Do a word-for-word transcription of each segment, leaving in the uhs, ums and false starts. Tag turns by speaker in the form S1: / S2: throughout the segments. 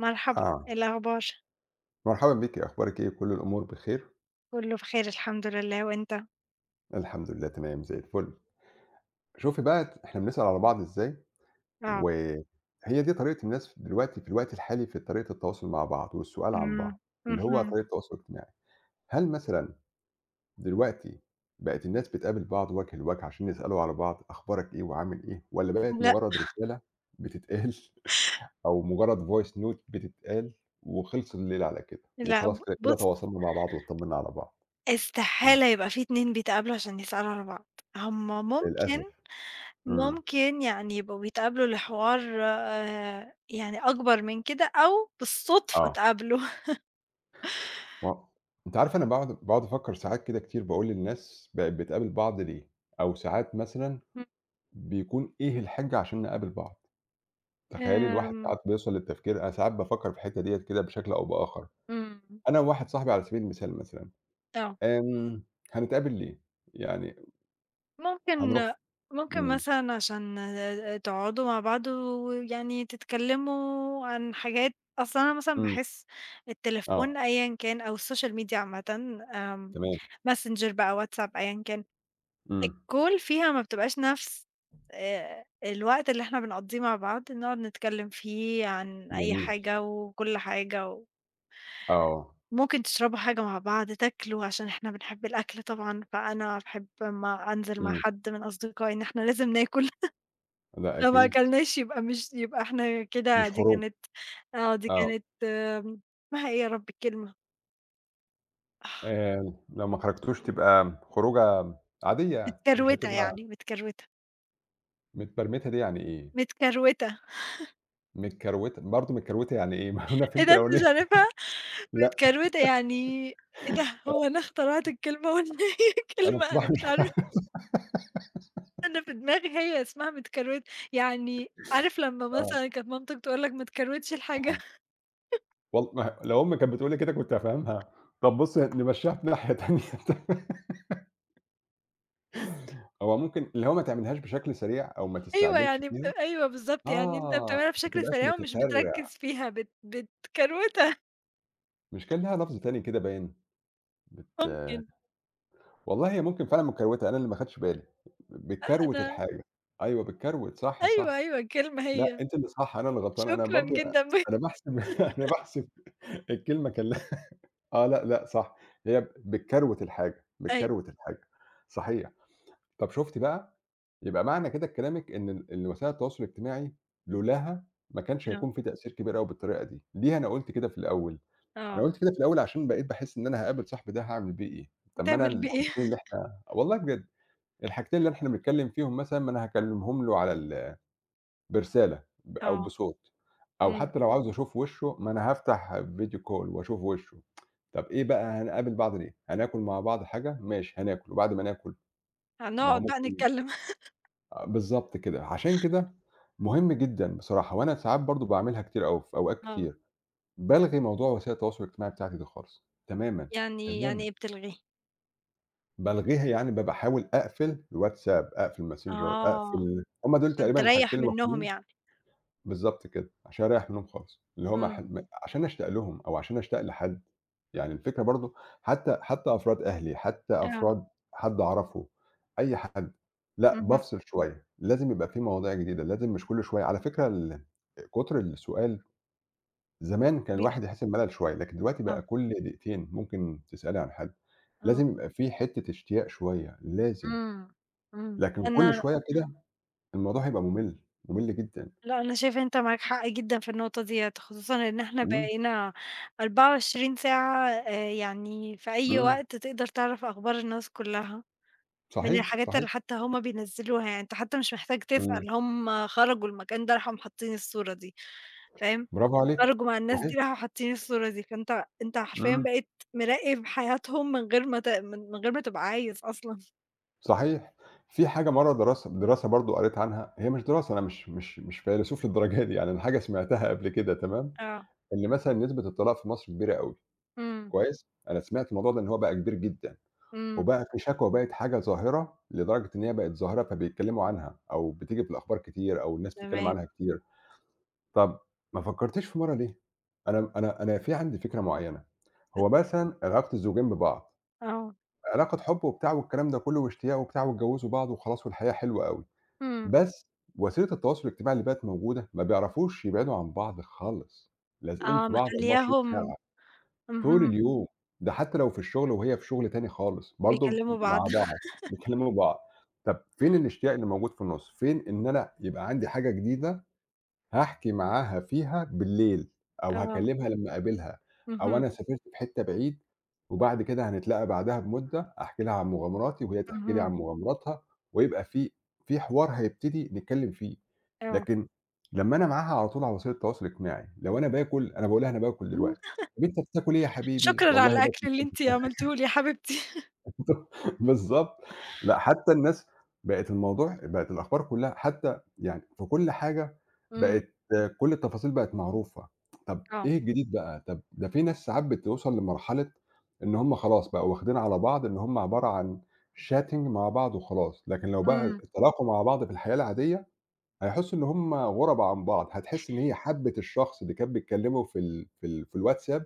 S1: مرحبًا، إيه
S2: آه،
S1: الأخبار؟
S2: مرحبًا بيكِ، إيه أخبارِك إيه؟ كل الأمور بخير؟
S1: كله بخير الحمد لله، وأنت؟
S2: الحمد لله تمام زي الفل. شوفي بقى إحنا بنسأل على بعض إزاي،
S1: آه،
S2: وهي دي طريقة الناس دلوقتي في الوقت الحالي في طريقة التواصل مع بعض والسؤال عن
S1: إمم،
S2: بعض، اللي هو
S1: اهم،
S2: طريقة التواصل الاجتماعي. هل مثلًا دلوقتي بقت الناس بتقابل بعض وجه لوجه عشان يسألوا على بعض أخبارك إيه وعامل إيه، والّا بقت
S1: لأ،
S2: مجرد رسالة بتتقال أو مجرد voice note بتتقال وخلص الليل على كده،
S1: لأ، ب
S2: وخلاص كده، كده
S1: بُص
S2: تواصلنا مع بعض واطمنا على بعض؟ إمم،
S1: استحالة يبقى في اتنين بيتقابلوا عشان يسألوا على بعض، هُم
S2: للأسف.
S1: ممكن
S2: إمم.
S1: ممكن يعني يبقوا بيتقابلوا لحوار آآ، يعني أكبر من كده أو بالصدفة
S2: آه،
S1: اتقابلوا.
S2: ما أنتِ عارفة أنا باقعد باقعد أفكّر ساعات كده كتير باقول للناس بقت بتقابل بعض ليه؟ أو ساعات مثلًا بيكون إيه الحِجة عشان نقابل بعض؟ تخيّلي الواحد
S1: إمم.
S2: ساعات بيوصل للتفكير أنا ساعات بافكّر في الحتّة ديّة كده بشكل أو بآخر،
S1: آمم، إمم.
S2: أنا وواحد صاحبي على سبيل المثال مثلًا،
S1: آه.
S2: آمم، هنتقابل ليه؟ يعني هنروح
S1: ممكن
S2: ف
S1: ممكن
S2: إمم،
S1: مثلًا عشان تقعدوا مع بعض ويعني تتكلموا عن حاجات. أصل أنا مثلًا
S2: إمم،
S1: باحس
S2: آه،
S1: التليفون أيًا كان أو السوشيال ميديا عامةً، آمم،
S2: تمام،
S1: messenger بقى، واتساب أيًا كان،
S2: إمم،
S1: الcall فيها ما بتبقاش نفس آآ، الوقت اللي إحنا بنقضيه مع بعض نقعد نتكلم فيه عن أي
S2: جميل،
S1: حاجة وكل حاجة،
S2: آه،
S1: وممكن تشربوا حاجة مع بعض، تاكلوا عشان إحنا بنحب الأكل طبعًا، فأنا باحب أمّا أنزل مع
S2: إمم،
S1: حد من أصدقائي إن إحنا لازم ناكل.
S2: لأ
S1: لو ما
S2: أكيد،
S1: أكلناش يبقى مش يبقى إحنا كده،
S2: مش
S1: دي
S2: خروجة،
S1: كانت، آه، دي
S2: آه،
S1: كانت، آمم، اسمها إيه يا ربي الكلمة؟ آه،
S2: آآ، لو ما خرجتوش تبقى خروجة عادية يعني، مش
S1: متكروتة يعني،
S2: هتبقى
S1: متكروتة،
S2: متبرمتة دي يعني إيه؟
S1: متكروتة.
S2: متكروتة برضه متكروتة يعني إيه؟ ما هو أنا
S1: إيه
S2: فهمت
S1: ده أنت
S2: الأولانية
S1: مش عارفها؟
S2: لأ،
S1: متكروتة يعني إيه ده؟ هو أنا اخترعت الكلمة والّا هي
S2: أنا
S1: كلمة أنا
S2: بصراحة مش
S1: مش عارفة.
S2: عارف
S1: أنا في دماغي هي اسمها متكروتة، يعني عارف لمّا
S2: آه،
S1: مثلًا كانت مامتك تقول لك ما تكروتش الحاجة؟
S2: والل ما لو أمي كانت بتقول لي كده كنت هافهمها. طب بُصّي نمشّيها في ناحية تانية تمام، هو ممكن اللي هو ما تعملهاش بشكل سريع أو ما
S1: أيوه
S2: تستعجلش
S1: يعني ب
S2: فيها
S1: أيوه بالضبط، يعني أنت
S2: آه،
S1: بتعملها
S2: ما
S1: بشكل
S2: تبقاش
S1: سريع ومش
S2: متسرع،
S1: بتركّز فيها، بت بتكروتها
S2: مش كان ليها لفظ تاني كده باين بت
S1: ممكن.
S2: والله هي ممكن فعلًا متكروتة، أنا اللي ما خدتش بالي، بتكروت
S1: أنا
S2: الحاجة، أيوه بتكروت صح،
S1: أيوه،
S2: صح.
S1: أيوه، الكلمة
S2: لأ،
S1: هي،
S2: أنتِ اللي صح، أنا اللي غلطان، أنا
S1: شكرًا
S2: برضه أنا
S1: جدًا ب
S2: أنا باحسب أنا باحسب الكلمة كان لها آه، لأ، لأ، صح، هي بتكروِت الحاجة،
S1: أيوه،
S2: بتكروِت الحاجة، صحيح. طب شُفتِ بقى، يبقى معنى كده لكلامِك إن ال إن وسائل التواصل الاجتماعي لولاها ما كانش
S1: آه،
S2: هيكون في تأثير كبير أوي بالطريقة دي، ليه أنا قُلت كده في الأول؟ أنا
S1: آه.
S2: قُلت كده في الأول عشان بقيت باحس إن أنا هاقابل صاحبي ده هاعمل بيه إيه؟ طب ما أنا
S1: هتعمل بإيه؟
S2: الحاجتين اللي إحنا والله بجد، الحاجتين اللي إحنا بنتكلم فيهم مثلًا ما أنا هاكلمهم له على ال برسالة ب أو
S1: آه،
S2: بصوت، أو
S1: إمم.
S2: حتى لو عاوز أشوف وشه ما أنا هافتح video call وأشوف وشه. طب إيه بقى هنقابل بعض ليه؟ هناكل مع بعض حاجة؟ ماشي هناكل، وبعد ما ناكل ما هو
S1: هنقعد بقى
S2: ممكن
S1: نتكلم.
S2: آه، بالضبط كده. عشان كده مهم جدًا بصراحة، وأنا ساعات برضه باعملها كتير أوي في أوقات
S1: آه.
S2: كتير، بالغي موضوع وسائل التواصل الاجتماعي بتاعتي دي خالص، تمامًا،
S1: يعني يعني
S2: تمامًا.
S1: إيه بتلغيه؟
S2: بالغيها يعني بابقى باحاول أقفل الWhatsApp، أقفل الMessenger،
S1: آه،
S2: أقفل هُم دول
S1: عشان
S2: تقريبًا
S1: تريّح
S2: الحاجتين
S1: منّهم
S2: الوحيدين
S1: يعني.
S2: بالضبط كده، عشان أريّح منهم خالص، اللي هو ما ح
S1: إمم.
S2: ما عشان أشتاق لهم أو عشان أشتاق لحد، يعني الفكرة برضه حتى حتى أفراد أهلي، حتى
S1: آه.
S2: أفراد حد أعرفه، أي حد، لأ
S1: اهم.
S2: بافصل شوية، لازم يبقى في مواضيع جديدة، لازم مش كل شوية على فكرة ال كتر السؤال زمان كان
S1: بيخ
S2: الواحد يحس بملل شوية، لكن دلوقتي بقى
S1: آه،
S2: كل دقيقتين ممكن تسألي عن حد،
S1: آه.
S2: لازم يبقى في حتة اشتياق شوية، لازم،
S1: إمم، إمم.
S2: لكن كل
S1: أنا
S2: شوية كده الموضوع هيبقى ممل، ممل جدًا،
S1: لأ، أنا شايفة أنت معاك حق جدًا في النقطة ديّة، خصوصًا إن إحنا
S2: إمم،
S1: بقينا أربعة وعشرين ساعة آآ يعني في أي
S2: إمم،
S1: وقت تقدر تعرف أخبار الناس كُلّها. من
S2: صحيح،
S1: الحاجات
S2: صحيح.
S1: اللي حتى هُم بينزّلوها، يعني أنت حتى مش محتاج
S2: إمم،
S1: تسأل، هُم خرجوا المكان ده راحوا حاطين الصورة دي، فاهم،
S2: برافو عليكِ،
S1: خرجوا مع الناس
S2: صحيح،
S1: دي راحوا حاطين الصورة دي، فأنت أنت حرفيًا
S2: إمم،
S1: بقيت مراقب حياتهم من غير ما ت من من غير ما تبقى عايز أصلًا.
S2: صحيح. في حاجة مرّة دراسة دراسة برضه قريت عنها هي مش دراسة أنا مش مش مش فيلسوف للدرجة دي، يعني أنا حاجة سمعتها قبل كده تمام،
S1: آه،
S2: إن مثلًا نسبة الطلاق في مصر كبيرة أوي،
S1: إمم،
S2: كويس؟ أنا سمعت الموضوع ده إن هو بقى كبير جدًا،
S1: إمم،
S2: وبقى في شكوى بقت حاجة ظاهرة لدرجة إن هي بقت ظاهرة فبيتكلموا عنها، أو بتيجي في الأخبار كتير، أو الناس بتتكلم
S1: تمام،
S2: عنها كتير. طَب ما فكرتيش في مرّة ليه؟ أنا أنا أنا في عندي فكرة معينة،
S1: بت
S2: هو مثلًا علاقة الزوجين ببعض
S1: آه،
S2: علاقة حُب وبتاع والكلام ده كُلّه واشتياق وبتاع واتجوّزوا بعض وخلاص والحياة حلوة أوي،
S1: إمم،
S2: بس وسيلة التواصل الاجتماعي اللي بقت موجودة ما بيعرفوش يبعدوا عن بعض خالص، لازقين
S1: آه،
S2: في بعض أربعة وعشرين
S1: مخلّياهم.
S2: ساعة طول
S1: اهم،
S2: اليوم، ده حتى لو في الشغل وهي في شغل تاني خالص برضه
S1: بيكلموا بعض.
S2: مع بعض، بيكلموا بعض، طَب فين الاشتياق اللي موجود في النُص، فين إن أنا يبقى عندي حاجة جديدة هاحكي معاها فيها بالليل، أو
S1: آه،
S2: هاكلمها إمم. لمّا أقابلها، أو
S1: اهم،
S2: أنا سافرت في حتّة بعيد وبعد كده هنتلاقى بعدها بمدة، أحكي لها عن مغامراتي وهي تحكي لي عن
S1: اهم،
S2: إمم. مغامراتها، ويبقى في في حوار هيبتدي نتكلم فيه،
S1: آه،
S2: لكن لمّا أنا معاها على طول على وسائل التواصل الاجتماعي، لو أنا باكل أنا باقول لها أنا باكل دلوقتي، طَب أنت بتاكل إيه يا حبيبي؟
S1: شكرًا على
S2: والله
S1: الأكل
S2: باكل
S1: اللي أنتِ عملتيه لي يا حبيبتي.
S2: بالضبط. لأ، حتى الناس بقت الموضوع بقت الأخبار كلّها حتى يعني في كل حاجة
S1: إمم،
S2: بقت آه، كل التفاصيل بقت معروفة. طب
S1: آه،
S2: إيه الجديد بقى؟ طب ده في ناس ساعات بتوصل لمرحلة إن هم خلاص بقوا واخدين على بعض إن هم عبارة عن chatting مع بعض وخلاص، لكن لو بقى
S1: إمم.
S2: اتلاقوا مع بعض في الحياة العادية، هيحسّوا إن هم غُربا عن بعض، هتحس إن هي حَبِّت الشخص اللي كان بيتكلّموا في ال في ال في الواتساب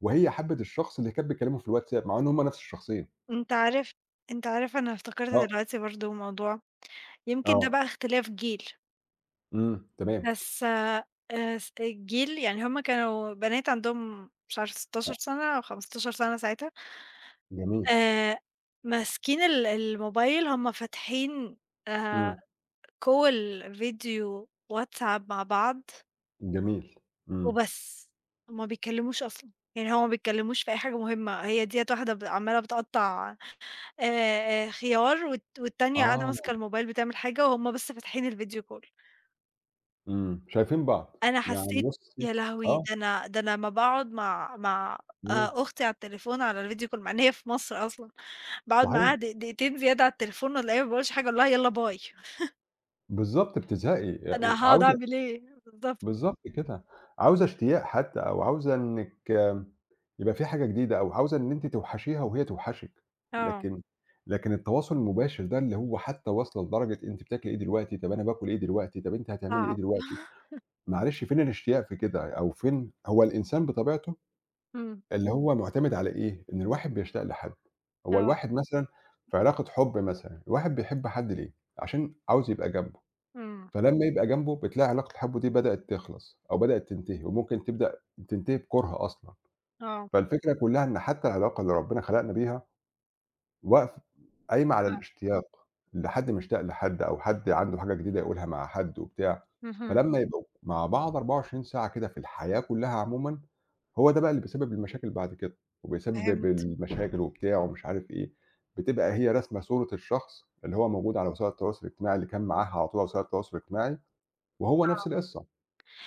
S2: وهي حَبِّت الشخص اللي كان بيكلّمه في الواتساب، مع إن هم نفس الشخصين.
S1: أنت عارف أنت عارف أنا افتكرت
S2: آه،
S1: دلوقتي برضه موضوع، يمكن ده
S2: آه.
S1: بقى اختلاف جيل،
S2: إمم، تمام،
S1: بس آآ س الجيل يعني هُم كانوا بنات عندهم مش عارفة ستاشر سَنة أو خمستاشر سَنة ساعتها،
S2: جميل،
S1: آآ ماسكين ال الموبايل هُم فاتحين آآ
S2: إمم،
S1: call فيديو واتساب مع بعض
S2: جميل، إمم،
S1: وبس، ما بيتكلموش أصلًا، يعني هو ما بيتكلموش في أي حاجة مهمة، هي ديّة واحدة ب عمّالة بتقطّع آآ، آآ، خيار والت والتانية قاعدة
S2: آه،
S1: ماسكة الموبايل بتعمل حاجة وهُم بس فاتحين الفيديو call.
S2: إمم، شايفين بعض،
S1: أنا
S2: يعني
S1: حسيت
S2: بُصّي
S1: يا لهوي!
S2: آه،
S1: ده أنا ده أنا أمّا باقعد مع مع
S2: إمم،
S1: آآ، أختي على التليفون على الvideo call مع إن هي في مصر أصلًا، باقعد معاها
S2: صحيح،
S1: دق دقيقتين زيادة على التليفون ألاقيها ما باقولش حاجة أقول لها يالّا باي.
S2: بالضبط بتزهقي، آآ،
S1: أنا هاقعد
S2: وعاوزة
S1: أعمل إيه؟ بالضبط،
S2: بالضبط كده، عاوزة اشتياق حتى أو عاوزة إنِّك يبقى في حاجة جديدة أو عاوزة إن أنتِ توحشيها وهي توحشِك،
S1: آه،
S2: لكن لكن التواصل المباشر ده اللي هو حتى واصلة لدرجة أنتِ بتاكلي إيه دلوقتي، طب أنا باكل إيه دلوقتي، طب أنتِ هتعملي إيه
S1: صعب.
S2: دلوقتي، معلش فين الاشتياق في كده، أو فين هو الإنسان بطبيعته
S1: إمم،
S2: اللي هو مُعتمد على إيه، إن الواحد بيشتاق لحد، هو
S1: آه،
S2: الواحد مثلًا في علاقة حُب مثلًا، الواحد بيحب حد ليه؟ عشان عاوز يبقى جنبه،
S1: إمم،
S2: فلمّا يبقى جنبه بتلاقي علاقة الحب دي بدأت تخلص أو بدأت تنتهي، وممكن تبدأ تنتهي بكُره أصلًا،
S1: آه،
S2: فالفكرة كلّها إن حتى العلاقة اللي ربنا خلقنا بيها واقف قايمة على
S1: آه،
S2: الاشتياق، اللي حد مشتاق لحد أو حد عنده حاجة جديدة يقولها مع حد وبتاع،
S1: اهم،
S2: فلمّا يبقوا مع بعض أربعة وعشرين ساعة كده في الحياة كلّها عمومًا، هو ده بقى اللي بيسبب المشاكل بعد كده، وبيسبب
S1: فهمت،
S2: المشاكل وبتاع ومش عارف إيه، بتبقى هي راسمة صورة الشخص اللي هو موجود على وسائل التواصل الاجتماعي اللي كان معاها على طول على وسائل التواصل الاجتماعي، وهو نفس
S1: آه،
S2: القصة،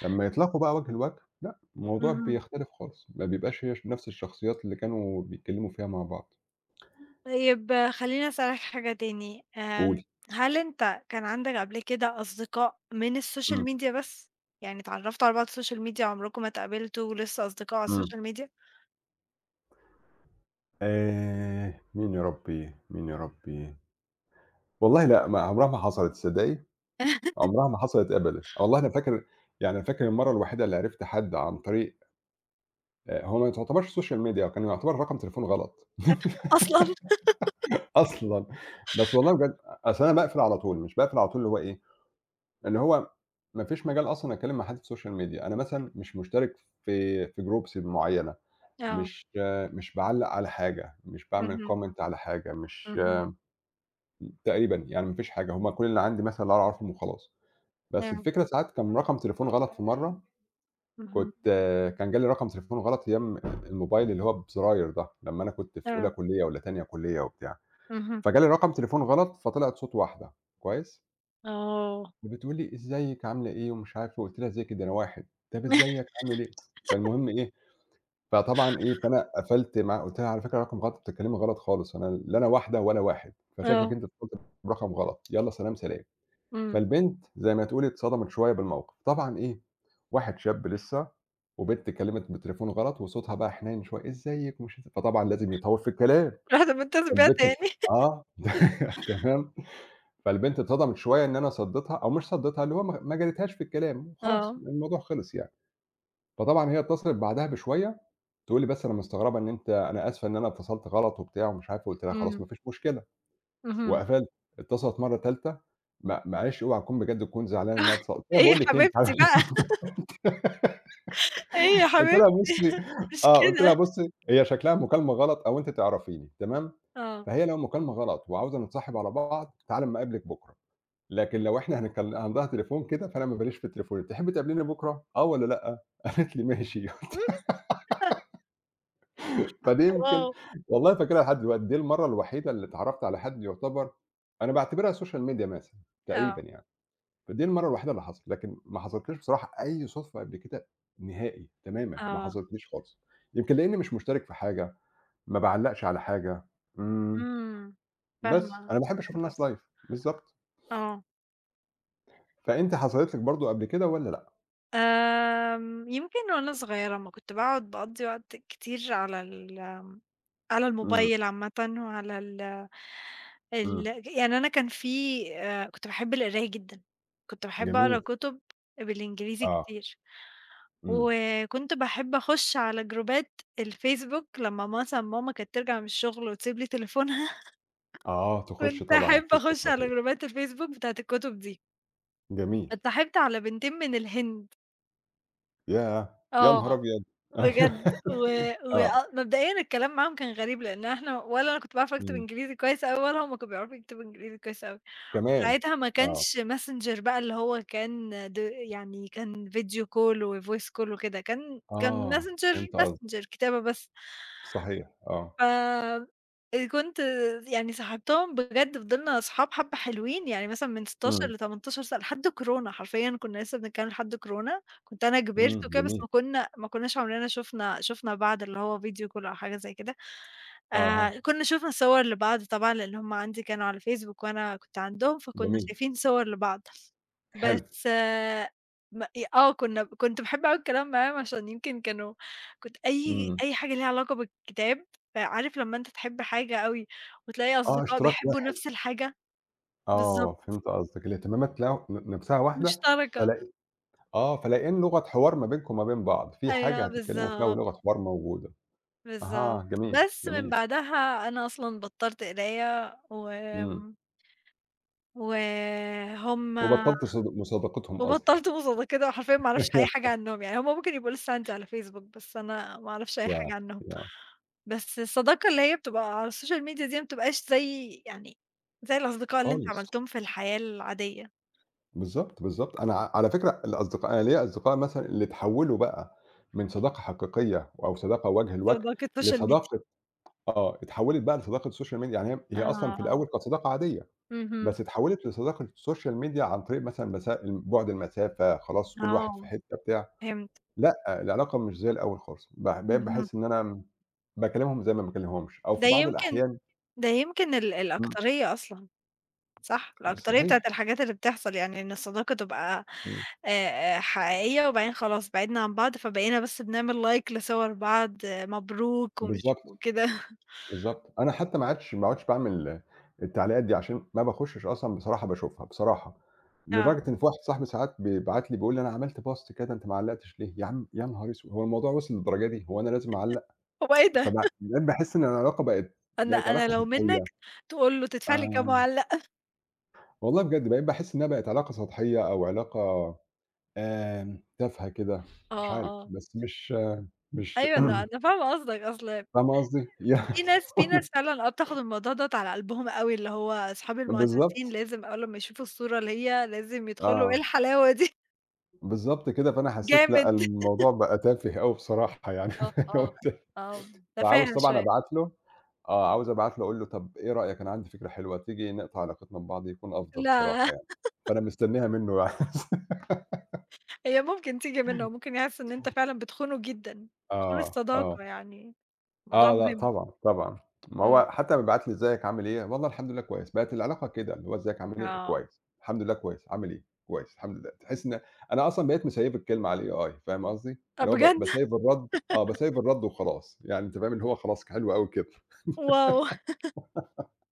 S2: لمّا يتلاقوا بقى وجه لوجه، لأ الموضوع
S1: اهم.
S2: بيختلف خالص، ما بيبقاش هي ش نفس الشخصيات اللي كانوا بيتكلموا فيها مع بعض.
S1: طيب آه، خلّيني أسألك حاجة تاني، آمم،
S2: قولي.
S1: هل أنت كان عندك قبل كده أصدقاء من الSocial
S2: إمم،
S1: media بس؟ يعني اتعرّفتوا على بعض Social media عمركم ما اتقابلتوا ولسه أصدقاء على
S2: إمم.
S1: الSocial media؟
S2: آآ مين يا ربي، مين يا ربي؟ والله لأ، ما عمرها ما حصلت تصدّقي؟ عمرها ما حصلت أبدًا. والله أنا فاكر يعني فاكر المَرّة الوحيدة اللي عرفت حد عن طريق آآ هو ما تعتبرش social media هو كان يعتبر رقم تليفون غلط
S1: أصلًا؟
S2: أصلًا، بس والله بجد أصل أنا باقفل على طول، مش باقفل على طول اللي هو إيه، اللي هو ما فيش مجال أصلًا أتكلّم مع حد في social media أنا مثلًا مش مشترك في في groups معيّنة،
S1: آه،
S2: مش مش باعلّق على حاجة، مش باعمل
S1: اهم،
S2: comment على حاجة، مش
S1: اهم،
S2: تقريبًا، يعني ما فيش حاجة، هم كل اللي عندي مثلًا اللي أنا أعرفهم وخلاص، بس
S1: آه،
S2: الفكرة ساعات كان رقم تليفون غلط في مرّة،
S1: اهم،
S2: كنت كان جالي رقم تليفون غلط أيام الموبايل اللي هو بزراير ده، لمّا أنا كنت في أولى
S1: آه،
S2: كلية والّا تانية كلية وبتاع،
S1: اهم،
S2: فجالي رقم تليفون غلط فطلعت صوت واحدة كويس،
S1: آه،
S2: فبتقول لي: "إزيِك عاملة إيه؟" ومش عارف إيه، قُلت لها: "إزيِك ده أنا واحد." "طب إزيك عامل إيه؟" فالمهم إيه، فطبعًا إيه، فأنا قفلت معاها قُلت لها: "على فكرة رقم غلط، أنتِ بتتكلمي غلط خالص، أنا لا أنا واحدة ولا واحد، فشكلِك
S1: آه،
S2: أنتِ اتصلتِ برقم غلط، يالّا سلام، سلام."
S1: إمم،
S2: فالبنت زي ما تقولي اتصدمت شوية بالموقف، طبعًا إيه، واحد شاب لسه وبنت كلمت بالتليفون غلط وصوتها بقى حنين شوية، إزيِك ومش إز فطبعًا لازم يطوّل في الكلام،
S1: رُحت متصل بيها
S2: فالبنت ات
S1: تاني؟
S2: آه تمام، فالبنت اتصدمت شوية إن أنا صدّيتها أو مش صدّيتها، اللي هو ما ما جاريتهاش في الكلام وخلاص
S1: آه،
S2: الموضوع خلص يعني، فطبعًا هي اتصلت بعدها بشوية تقول لي: "بس أنا مستغربة إن أنت أنا آسفة إن أنا اتصلت غلط وبتاع ومش عارف" قُلت لها: "خلاص
S1: إمم،
S2: ما فيش مشكلة."
S1: اهم،
S2: وقفلت، اتصلت مرّة تالتة "ما معلش أوعى تكون بجد تكون زعلانة إنها اتصلت." قُلت لها:
S1: إيه يا
S2: "باقول لِك إيه أنتِ" عارف-
S1: حبيبتي بقى، إيه يا
S2: قُلت لها:
S1: حبيبتي،
S2: "بُصّي"
S1: مش
S2: آه، قُلت لها:
S1: كده،
S2: "بُصّي هي شكلها مكالمة غلط أو أنتِ تعرفيني تمام،
S1: آه،
S2: فهي لو مكالمة غلط وعاوزة نتصاحب على بعض تعالي أمّا أقابلِك بُكرة، لكن لو إحنا هنتكل هنضيّع تليفون كده فأنا ما ليش في التليفونات، تحبّي تقابليني بُكرة آه والّا لأ؟" قالت لي: "ماشي." فدي
S1: واو!
S2: يمكن والله فاكرها لحد دلوقتي، دي المرّة الوحيدة اللي اتعرّفت على حد يُعتبر أنا باعتبرها social media مثلًا
S1: آه،
S2: تقريبًا يعني. فدي المرّة الوحيدة اللي حصلت، لكن ما حصلتليش بصراحة أي صُدفة قبل كده نهائي تمامًا، ما
S1: آه.
S2: حصلتليش خالص. يمكن لإنّي مش مشترك في حاجة، ما باعلّقش على حاجة، إمم،
S1: إمم،
S2: بس
S1: فاهمة،
S2: أنا باحب أشوف
S1: فهمت
S2: الناس live
S1: قصدك،
S2: بالضبط.
S1: آه،
S2: فأنتِ حصلت لِك برضه قبل كده والّا لأ؟
S1: آمم، يمكن وأنا صغيرة أمّا كنت باقعد باقضّي وقت كتير على ال على
S2: إمم،
S1: الموبايل عامةً وعلى ال ال
S2: إمم،
S1: يعني أنا كان في آآ، كنت باحب القراية جدًا، كنت باحب أقرا
S2: جميل،
S1: كُتب بالإنجليزي
S2: آه،
S1: كتير،
S2: إمم،
S1: وكنت باحب أخُش على جروبات الفيسبوك لمّا مثلًا ماما كانت ترجع من الشغل وتسيب لي تليفونها.
S2: آه، تخُش
S1: كنت
S2: طبعًا على
S1: أحب
S2: الفيسبوك
S1: أخُش
S2: على
S1: على
S2: طول،
S1: جروبات الفيسبوك بتاعة الكُتب دي.
S2: جميل،
S1: اتصاحبت على بنتين من الهند،
S2: ياه! يا نهار
S1: آه.
S2: أبيض! أيوه،
S1: بجد و
S2: آه،
S1: وأ مبدئيًا الكلام معاهم كان غريب، لإن إحنا ولا أنا كنت باعرف أكتب
S2: إمم،
S1: إنجليزي كويس أوي، ولا هُم كانوا بيعرفوا يكتبوا إنجليزي كويس أوي،
S2: كمان،
S1: وساعتها ما
S2: آه،
S1: كانش messenger بقى اللي هو كان د يعني كان video call وvoice call وكده، كان كان
S2: آه،
S1: messenger
S2: فهمت قصدِك،
S1: messenger كتابة بس.
S2: صحيح، آه،
S1: آآ كنت يعني صاحبتهم بجد فضلنا أصحاب حبّة حلوين، يعني مثلًا من ستاشر
S2: إمم،
S1: لتمنتاشر سنة لحد كورونا، حرفيًا كنا لسه بنتكلم لحد كورونا، كنت أنا كبرت
S2: إمم،
S1: وكده بس
S2: جميل.
S1: ما كنا ما كناش عمرنا شُفنا شُفنا بعض اللي هو فيديو call أو حاجة زي كده،
S2: أها،
S1: آآ كنا شُفنا صور لبعض طبعًا لإن هُم عندي كانوا على الفيسبوك وأنا كنت عندهم، فكنا
S2: جميل،
S1: شايفين صور لبعض،
S2: حلو،
S1: بس م ي آه كنا كنت باحب أوي الكلام معاهم عشان يمكن كانوا كنت أي
S2: إمم،
S1: أي حاجة ليها علاقة بالكتاب. فعارف لمّا أنت تحب حاجة أوي وتلاقي
S2: آه
S1: أصدقاء
S2: اشتراك
S1: بيحبوا
S2: واحد،
S1: نفس الحاجة؟
S2: آه
S1: بالضبط،
S2: فهمت قصدك، الاهتمامات لا ن نفْسها واحدة
S1: مشتركة.
S2: فلا آه، فلاقيين لغة حوار ما بينكم وما بين بعض، في حاجة
S1: أيوه
S2: هتتكلموا فيها
S1: بالضبط،
S2: ولغة حوار موجودة، أها
S1: بالضبط.
S2: جميل،
S1: بس من
S2: جميل،
S1: بعدها أنا أصلًا بطّلت قراية
S2: إمم،
S1: وآمم، وهُم
S2: وبطّلت صد مصادقتهم أصلًا
S1: وبطّلت مصادقة كده وحرفيًا ما أعرفش أي حاجة عنّهم، يعني هُم ممكن يبقوا لسه عندي على فيسبوك، بس أنا ما أعرفش أي
S2: يا
S1: حاجة عنّهم.
S2: يا
S1: بس الصداقة اللي هي بتبقى على السوشيال ميديا دي ما بتبقاش زي يعني زي الأصدقاء اللي أنت
S2: خالص،
S1: عملتهم في الحياة العادية،
S2: بالضبط، بالضبط، أنا ع على فكرة الأصدقاء أنا ليّا أصدقاء مثلًا اللي اتحوّلوا بقى من صداقة حقيقية أو صداقة وجه لوجه
S1: صداقة سوشيال ميديا.
S2: لصداقة آه، اتحوّلت بقى لصداقة social media يعني هي هي أصلًا في
S1: آه.
S2: الأول كانت صداقة عادية،
S1: اهم.
S2: بس اتحوّلت لصداقة social media عن طريق مثلًا مسا بُعد المسافة، خلاص كل واحد في
S1: آه،
S2: حتّة بتاع،
S1: فهمت.
S2: لأ، العلاقة مش زي الأول خالص، باح بقيت
S1: اهم.
S2: باحس إن أنا باكلّمهم زي ما ما باكلّمهمش أو في
S1: ده
S2: بعض
S1: يمكن
S2: الأحيان
S1: ده يمكن ال
S2: إمم،
S1: الأكترية أصلًا، صح؟ الأكترية بتاعة
S2: صحيح،
S1: الحاجات اللي بتحصل، يعني إن الصداقة تبقى
S2: إمم،
S1: آآ، آآ، حقيقية وبعدين خلاص بعدنا عن بعض، فبقينا بس بنعمل like لصور بعض، مبروك ومش
S2: بالضبط.
S1: وكده.
S2: بالضبط. أنا حتى ما عادش ما عُدتش باعمل التعليقات دي عشان ما باخشش أصلًا بصراحة باشوفها بصراحة،
S1: آه،
S2: لدرجة إن في واحد صاحبي ساعات بيبعت لي بيقول لي: "أنا عملت post كذا أنت ما علّقتش ليه؟" يا عم يا نهار أسود! هو الموضوع وصل للدرجة دي، هو أنا لازم أعلّق؟
S1: هو إيه ده؟
S2: فبع بقيت باحس إن العلاقة بقت
S1: أنا
S2: بقت
S1: أنا
S2: علاقة
S1: لو منك
S2: سطحية
S1: تقول له تدفع لي كام
S2: آه،
S1: وأعلّق.
S2: والله بجد بقيت باحس إنها بقت علاقة سطحية أو علاقة آمم، تافهة كده، مش
S1: آه،
S2: عارف،
S1: آه،
S2: بس مش مش
S1: أيوه أنا أنا فاهمة قصدك، أصل
S2: فاهمة قصدي؟ يعني
S1: في ناس في ناس فعلًا آه، بتاخد الموضوع دوّة على قلبهم أوي، اللي هو أصحاب المؤسسين
S2: بالضبط،
S1: لازم أول لمّا يشوفوا الصورة اللي هي لازم يدخلوا، إيه
S2: آه.
S1: الحلاوة دي؟
S2: بالضبط كده، فأنا حسّيت لأ،
S1: جامد.
S2: الموضوع بقى تافه أوي بصراحة يعني
S1: آه،
S2: فاللي هو
S1: آه،
S2: أنت
S1: آه.
S2: فعاوز
S1: تفاهة
S2: طبعًا
S1: شوية.
S2: أبعت له آه، عاوز أبعت له أقول له طَب إيه رأيك أنا عندي فكرة حلوة، تيجي نقطع علاقتنا ببعض يكون أفضل
S1: لا،
S2: بصراحة يعني، فأنا مستنيها منّه يعني.
S1: هي ممكن تيجي منه، ممكن يحس إن أنت فعلًا بتخونه جدًا، بتخون
S2: آه، آه.
S1: الصداقة يعني، موضوع
S2: آه، لأ
S1: مهم.
S2: طبعًا، طبعًا. ما
S1: إمم.
S2: هو حتى لمّا بيبعت لي إزيك عامل إيه، والله الحمد لله كويس، بقت العلاقة كده، اللي هو إزيك عامل إيه،
S1: آه.
S2: كويس، الحمد لله كويس، عامل إيه، كويس، الحمد لله. تحس إن أنا أصلًا بقيت مسيّف الكلمة على الAI فاهم قصدي؟
S1: آه
S2: اللي هو ب
S1: بجد؟
S2: باسيّف الرد آه، باسيّف الرد وخلاص، يعني أنت فاهم اللي هو خلاص حلو أوي كده.
S1: واو!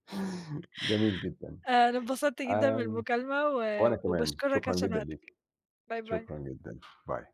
S2: جميل جدًا.
S1: أنا اتبسطت جدًا من
S2: آمم،
S1: المكالمة و
S2: وأنا كمان،
S1: وباشكرك
S2: شكرًا
S1: عشان
S2: جدًا
S1: وقتك.
S2: ليكِ،
S1: باي،
S2: شكرًا
S1: باي.
S2: جدًا، باي.